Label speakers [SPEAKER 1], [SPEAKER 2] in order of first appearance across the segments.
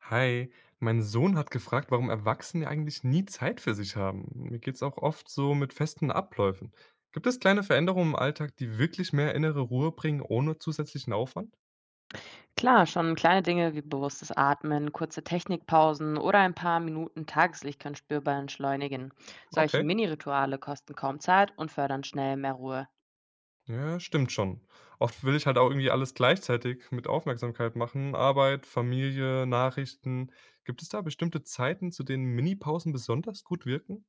[SPEAKER 1] Hi, mein Sohn hat gefragt, warum Erwachsene eigentlich nie Zeit für sich haben. Mir geht's auch oft so mit festen Abläufen. Gibt es kleine Veränderungen im Alltag, die wirklich mehr innere Ruhe bringen, ohne zusätzlichen Aufwand?
[SPEAKER 2] Klar, schon kleine Dinge wie bewusstes Atmen, kurze Technikpausen oder ein paar Minuten Tageslicht können spürbar entschleunigen. Solche
[SPEAKER 1] Okay,
[SPEAKER 2] Mini-Rituale kosten kaum Zeit und fördern schnell mehr Ruhe.
[SPEAKER 1] ja, stimmt schon. Oft will ich halt auch irgendwie alles gleichzeitig mit Aufmerksamkeit machen. Arbeit, Familie, Nachrichten. Gibt es da bestimmte Zeiten, zu denen Minipausen besonders gut wirken?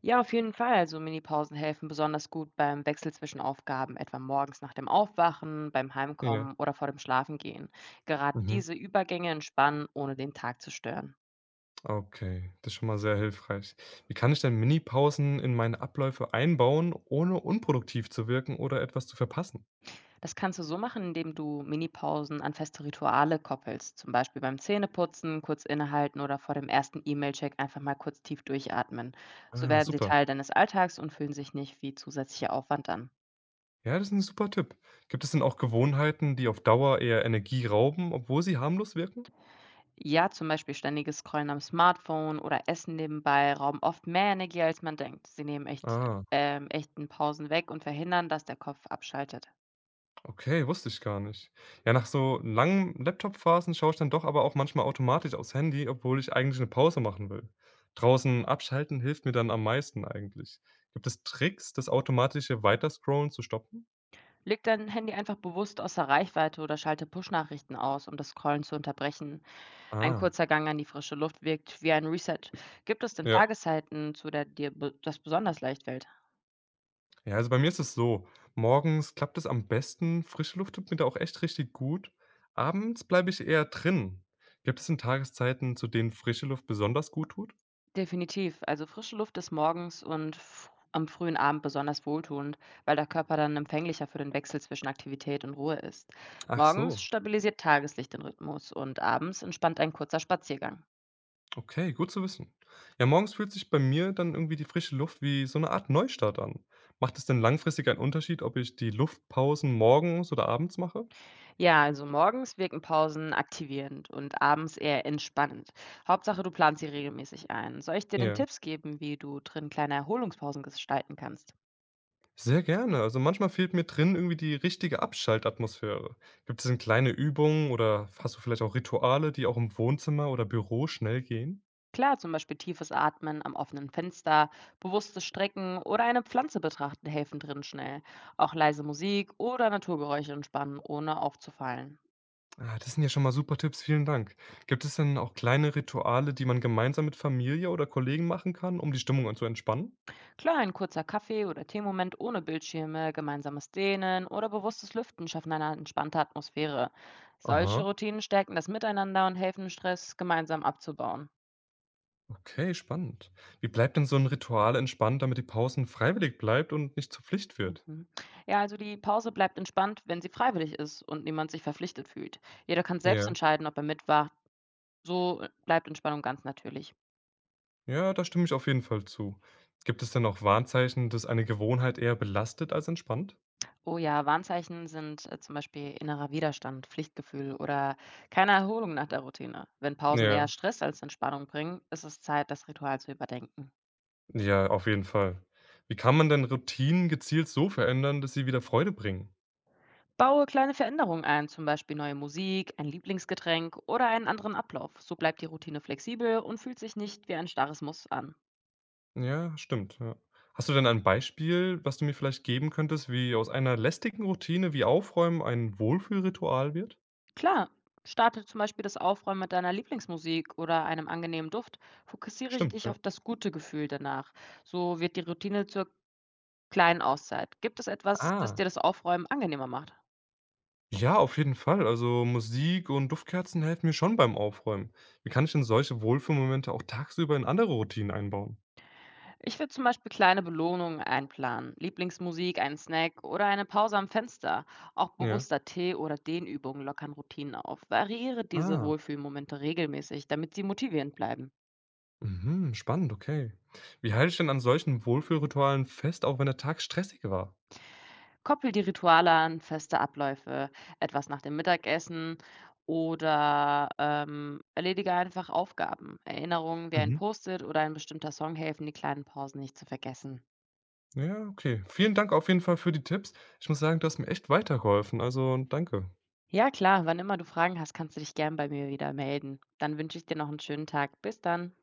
[SPEAKER 2] Ja, auf jeden Fall. So Mini-Pausen helfen besonders gut beim Wechsel zwischen Aufgaben, etwa morgens nach dem Aufwachen, beim
[SPEAKER 1] Ja.
[SPEAKER 2] Heimkommen oder vor dem Schlafengehen. Gerade
[SPEAKER 1] Mhm.
[SPEAKER 2] diese Übergänge entspannen, ohne den Tag zu stören.
[SPEAKER 1] Okay, das ist schon mal sehr hilfreich. Wie kann ich denn Minipausen in meine Abläufe einbauen, ohne unproduktiv zu wirken oder etwas zu verpassen?
[SPEAKER 2] Das kannst du so machen, indem du Minipausen an feste Rituale koppelst, zum Beispiel beim Zähneputzen, kurz innehalten oder vor dem ersten E-Mail-Check einfach mal kurz tief durchatmen. So
[SPEAKER 1] Ah,
[SPEAKER 2] werden sie
[SPEAKER 1] super.
[SPEAKER 2] Teil deines Alltags und fühlen sich nicht wie zusätzlicher Aufwand an.
[SPEAKER 1] Ja, das ist ein super Tipp. Gibt es denn auch Gewohnheiten, die auf Dauer eher Energie rauben, obwohl sie harmlos wirken?
[SPEAKER 2] Ja, zum Beispiel ständiges Scrollen am Smartphone oder Essen nebenbei rauben oft mehr Energie, als man denkt. Sie nehmen echt,
[SPEAKER 1] Ah,
[SPEAKER 2] echten Pausen weg und verhindern, dass der Kopf abschaltet.
[SPEAKER 1] okay, wusste ich gar nicht. Ja, nach so langen Laptop-Phasen schaue ich dann doch aber auch manchmal automatisch aufs Handy, obwohl ich eigentlich eine Pause machen will. Draußen abschalten hilft mir dann am meisten eigentlich. Gibt es Tricks, das automatische Weiterscrollen zu stoppen?
[SPEAKER 2] Leg dein Handy einfach bewusst außer Reichweite oder schalte Push-Nachrichten aus, um das Scrollen zu unterbrechen. Ein
[SPEAKER 1] Ah.
[SPEAKER 2] kurzer Gang an die frische Luft wirkt wie ein Reset. Gibt es denn
[SPEAKER 1] Ja.
[SPEAKER 2] Tageszeiten, zu der dir be das besonders leicht fällt?
[SPEAKER 1] Ja, also bei mir ist es so, morgens klappt es am besten, frische Luft tut mir da auch echt richtig gut. Abends bleibe ich eher drin. Gibt es denn Tageszeiten, zu denen frische Luft besonders gut tut?
[SPEAKER 2] Definitiv. Also frische Luft ist morgens und am frühen Abend besonders wohltuend, weil der Körper dann empfänglicher für den Wechsel zwischen Aktivität und Ruhe ist.
[SPEAKER 1] Ach
[SPEAKER 2] Morgens
[SPEAKER 1] so,
[SPEAKER 2] stabilisiert Tageslicht den Rhythmus und abends entspannt ein kurzer Spaziergang.
[SPEAKER 1] okay, gut zu wissen. Ja, morgens fühlt sich bei mir dann irgendwie die frische Luft wie so eine Art Neustart an. Macht es denn langfristig einen Unterschied, ob ich die Luftpausen morgens oder abends mache?
[SPEAKER 2] Ja, also morgens wirken Pausen aktivierend und abends eher entspannend. Hauptsache, du planst sie regelmäßig ein. Soll ich dir denn
[SPEAKER 1] Ja.
[SPEAKER 2] Tipps geben, wie du drin kleine Erholungspausen gestalten kannst?
[SPEAKER 1] Sehr gerne. Also manchmal fehlt mir drin irgendwie die richtige Abschaltatmosphäre. Gibt es denn kleine Übungen oder hast du vielleicht auch Rituale, die auch im Wohnzimmer oder Büro schnell gehen?
[SPEAKER 2] Klar, zum Beispiel tiefes Atmen am offenen Fenster, bewusstes Strecken oder eine Pflanze betrachten helfen drin schnell. Auch leise Musik oder Naturgeräusche entspannen, ohne aufzufallen.
[SPEAKER 1] Ah, das sind ja schon mal super Tipps, vielen Dank. Gibt es denn auch kleine Rituale, die man gemeinsam mit Familie oder Kollegen machen kann, um die Stimmung zu entspannen?
[SPEAKER 2] Klar, ein kurzer Kaffee- oder Teemoment ohne Bildschirme, gemeinsames Dehnen oder bewusstes Lüften schaffen eine entspannte Atmosphäre. Solche
[SPEAKER 1] Aha,
[SPEAKER 2] Routinen stärken das Miteinander und helfen, Stress gemeinsam abzubauen.
[SPEAKER 1] okay, spannend. Wie bleibt denn so ein Ritual entspannt, damit die Pausen freiwillig bleibt und nicht zur Pflicht wird?
[SPEAKER 2] Mhm. Ja, also die Pause bleibt entspannt, wenn sie freiwillig ist und niemand sich verpflichtet fühlt. Jeder kann selbst
[SPEAKER 1] Ja,
[SPEAKER 2] entscheiden, ob er mitwacht. So bleibt Entspannung ganz natürlich.
[SPEAKER 1] ja, da stimme ich auf jeden Fall zu. Gibt es denn auch Warnzeichen, dass eine Gewohnheit eher belastet als entspannt?
[SPEAKER 2] Oh ja, Warnzeichen sind zum Beispiel innerer Widerstand, Pflichtgefühl oder keine Erholung nach der Routine. Wenn Pausen eher
[SPEAKER 1] Ja,
[SPEAKER 2] Stress als Entspannung bringen, ist es Zeit, das Ritual zu überdenken.
[SPEAKER 1] ja, auf jeden Fall. Wie kann man denn Routinen gezielt so verändern, dass sie wieder Freude bringen?
[SPEAKER 2] Baue kleine Veränderungen ein, zum Beispiel neue Musik, ein Lieblingsgetränk oder einen anderen Ablauf. So bleibt die Routine flexibel und fühlt sich nicht wie ein starres Muss an.
[SPEAKER 1] Ja, stimmt, ja. Hast du denn ein Beispiel, was du mir vielleicht geben könntest, wie aus einer lästigen Routine wie Aufräumen ein Wohlfühlritual wird?
[SPEAKER 2] Klar, starte zum Beispiel das Aufräumen mit deiner Lieblingsmusik oder einem angenehmen Duft. Fokussiere
[SPEAKER 1] Stimmt,
[SPEAKER 2] dich
[SPEAKER 1] ja.
[SPEAKER 2] auf das gute Gefühl danach. So wird die Routine zur kleinen Auszeit. Gibt es etwas, das
[SPEAKER 1] Ah,
[SPEAKER 2] dir das Aufräumen angenehmer macht?
[SPEAKER 1] ja, auf jeden Fall. Also Musik und Duftkerzen helfen mir schon beim Aufräumen. Wie kann ich denn solche Wohlfühlmomente auch tagsüber in andere Routinen einbauen?
[SPEAKER 2] Ich würde zum Beispiel kleine Belohnungen einplanen, Lieblingsmusik, einen Snack oder eine Pause am Fenster. Auch
[SPEAKER 1] Ja.
[SPEAKER 2] bewusster Tee- oder Dehnübungen lockern Routinen auf. Variiere diese
[SPEAKER 1] Ah,
[SPEAKER 2] Wohlfühlmomente regelmäßig, damit sie motivierend bleiben.
[SPEAKER 1] mhm, spannend, okay. Wie halte ich denn an solchen Wohlfühlritualen fest, auch wenn der Tag stressig war?
[SPEAKER 2] Koppel die Rituale an feste Abläufe, etwas nach dem Mittagessen oder erledige einfach Aufgaben. Erinnerungen wie ein
[SPEAKER 1] Mhm.
[SPEAKER 2] Post-it oder ein bestimmter Song helfen, die kleinen Pausen nicht zu vergessen.
[SPEAKER 1] Ja, okay. Vielen Dank auf jeden Fall für die Tipps. Ich muss sagen, du hast mir echt weitergeholfen. Also, danke.
[SPEAKER 2] Ja klar, wann immer du Fragen hast, kannst du dich gern bei mir wieder melden. Dann wünsche ich dir noch einen schönen Tag. Bis dann.